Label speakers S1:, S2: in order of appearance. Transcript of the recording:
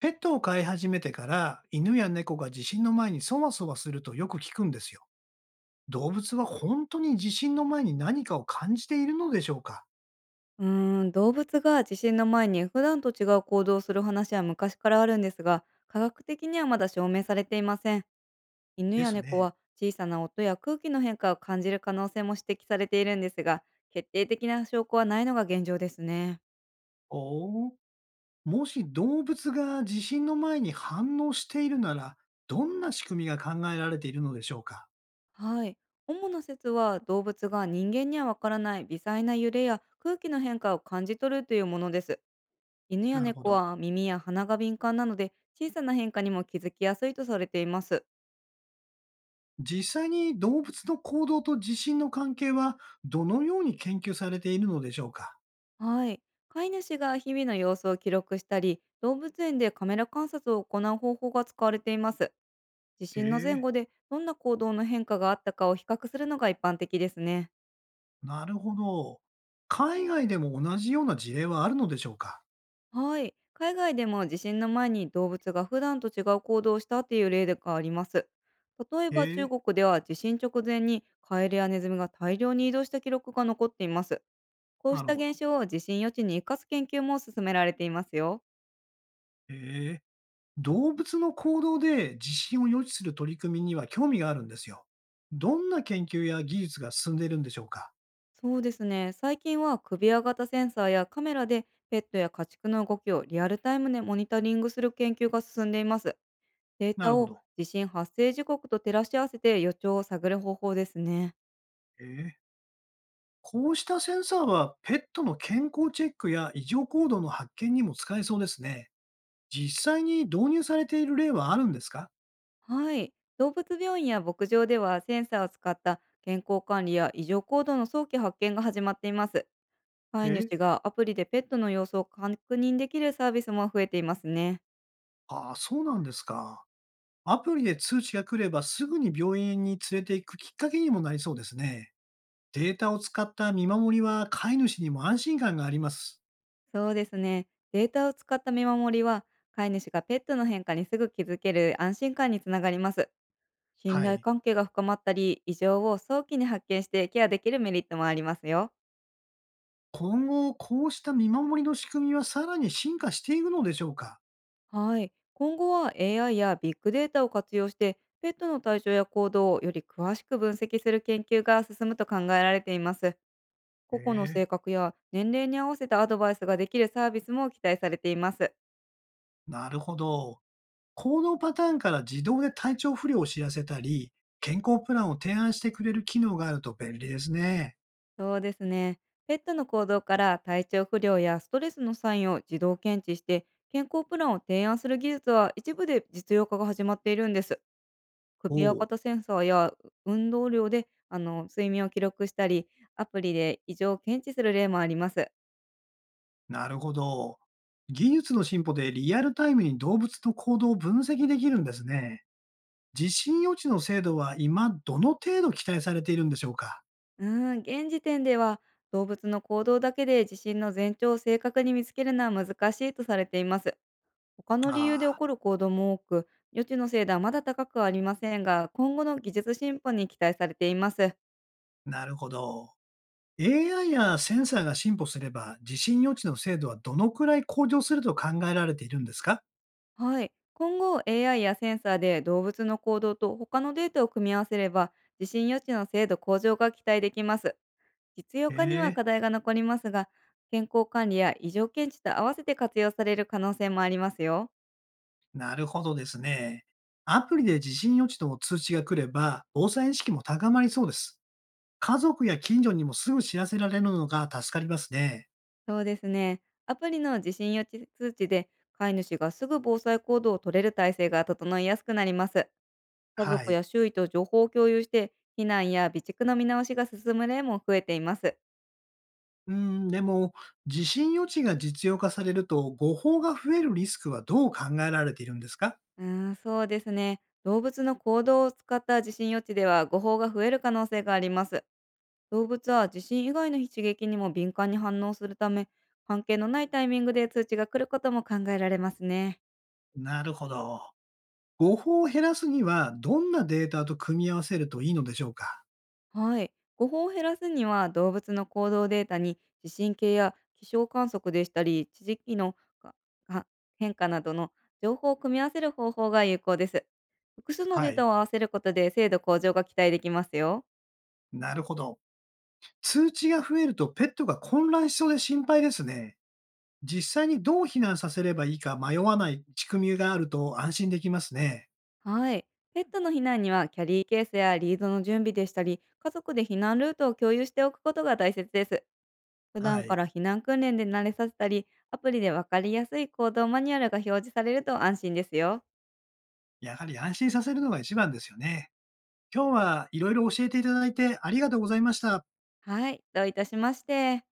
S1: ペットを飼い始めてから、犬や猫が地震の前にそわそわするとよく聞くんですよ。動物は本当に地震の前に何かを感じているのでしょうか。
S2: うーん、動物が地震の前に普段と違う行動をする話は昔からあるんですが、科学的にはまだ証明されていません。犬
S1: で
S2: や
S1: す
S2: 猫
S1: ね。
S2: は小さな音や空気の変化を感じる可能性も指摘されているんですが、決定的な証拠はないのが現状ですね。
S1: おお、もし動物が地震の前に反応しているなら、どんな仕組みが考えられているのでしょうか。
S2: はい。主な説は動物が人間にはわからない微細な揺れや空気の変化を感じ取るというものです。犬や
S1: なるほ
S2: 猫
S1: ど。
S2: は耳や鼻が敏感なので小さな変化にも気づきやすいとされています。
S1: 実際に動物の行動と地震の関係はどのように研究されているのでしょうか。
S2: はい。飼い主が日々の様子を記録したり、動物園でカメラ観察を行う方法が使われています。地
S1: へ
S2: 震の前
S1: え、
S2: 後でどんな行動の変化があったかを比較するのが一般的ですね。
S1: なるほど。海外でも同じような事例はあるのでしょうか。
S2: はい。海外でも地震の前に動物が普段と違う行動をしたという例があります。例えば
S1: へ
S2: 中
S1: え、
S2: 国では地震直前にカエルやネズミが大量に移動した記録が残っています。こう
S1: な
S2: し
S1: る
S2: た
S1: ほど。
S2: 現象を地震予知に生かす研究も進められていますよ。
S1: へえ。動物の行動で地震を予知する取り組みには興味があるんですよ。どんな研究や技術が進んでいるんでしょうか。
S2: そうですね。最近は首輪型センサーやカメラでペットや家畜の動きをリアルタイムでモニタリングする研究が進んでいます。デー
S1: な
S2: タ
S1: るほ
S2: を
S1: ど。
S2: 地震発生時刻と照らし合わせて予兆を探る方法ですね。
S1: へえ。こうしたセンサーはペットの健康チェックや異常行動の発見にも使えそうですね。実際に導入されている例はあるんですか。
S2: はい。動物病院や牧場ではセンサーを使った健康管理や異常行動の早期発見が始まっています。飼い
S1: え。
S2: 主がアプリでペットの様子を確認できるサービスも増えていますね。
S1: ああ、そうなんですか。アプリで通知が来ればすぐに病院に連れて行くきっかけにもなりそうですね。データを使った見守りは飼い主にも安心感があります。
S2: そうですね。データを使った見守りは、飼い主がペットの変化にすぐ気づける安心感につながります。信
S1: は
S2: 頼
S1: い。
S2: 関係が深まったり、異常を早期に発見してケアできるメリットもありますよ。
S1: 今後、こうした見守りの仕組みはさらに進化していくのでしょうか。
S2: はい。今後は AI やビッグデータを活用して、ペットの体調や行動をより詳しく分析する研究が進むと考えられています。個々の
S1: ええ、
S2: 性格や年齢に合わせたアドバイスができるサービスも期待されています。
S1: なるほど。行動パターンから自動で体調不良を知らせたり、健康プランを提案してくれる機能があると便利ですね。
S2: そうですね。ペットの行動から体調不良やストレスのサインを自動検知して健康プランを提案する技術は一部で実用化が始まっているんです。
S1: お
S2: 首や
S1: お、
S2: 肩センサーや運動量で睡眠を記録したり、アプリで異常を検知する例もあります。
S1: なるほど。技術の進歩でリアルタイムに動物の行動を分析できるんですね。地震予知の精度は今どの程度期待されているんでしょうか。
S2: うーん、現時点では動物の行動だけで地震の前兆を正確に見つけるのは難しいとされています。他の理
S1: あ
S2: 由で起
S1: あ。
S2: こる行動も多く、予知の精度はまだ高くはありませんが、今後の技術進歩に期待されています。
S1: なるほど。AI やセンサーが進歩すれば、地震予知の精度はどのくらい向上すると考えられているんですか。
S2: はい。今後、AI やセンサーで動物の行動と他のデータを組み合わせれば、地震予知の精度向上が期待できます。実用
S1: へ
S2: 化には
S1: え、
S2: 課題が残りますが、健康管理や異常検知と合わせて活用される可能性もありますよ。
S1: なるほどですね。アプリで地震予知の通知が来れば、防災意識も高まりそうです。家族や近所にもすぐ知らせられるのが助かりますね。
S2: そうですね。アプリの地震予知通知で、飼い主がすぐ防災行動を取れる体制が整いやすくなります。家
S1: は
S2: 族
S1: い。
S2: や周囲と情報を共有して、避難や備蓄の見直しが進む例も増えています。
S1: うん、でも、地震予知が実用化されると、誤報が増えるリスクはどう考えられているんですか。
S2: うーん、そうですね。動物の行動を使った地震予知では誤報が増える可能性があります。動物は地震以外の刺激にも敏感に反応するため、関係のないタイミングで通知が来ることも考えられますね。
S1: なるほど。誤報を減らすには、どんなデータと組み合わせるといいのでしょうか？
S2: はい。誤報を減らすには動物の行動データに地震計や気象観測でしたり地磁気のかか変化などの情報を組み合わせる方法が有効です。複数の
S1: は
S2: データ
S1: い。
S2: を合わせることで精度向上が期待できますよ。
S1: なるほど。通知が増えるとペットが混乱しそうで心配ですね。実際にどう避難させればいいか迷わない仕組みがあると安心できますね。
S2: はい。ペットの避難にはキャリーケースやリードの準備でしたり家族で避難ルートを共有しておくことが大切です。普
S1: は
S2: 段か
S1: い。
S2: ら避難訓練で慣れさせたりアプリでわかりやすい行動マニュアルが表示されると安心ですよ。
S1: やはり安心させるのが一番ですよね。今日はいろいろ教えていただいてありがとうございました。
S2: はい。どういたしまして。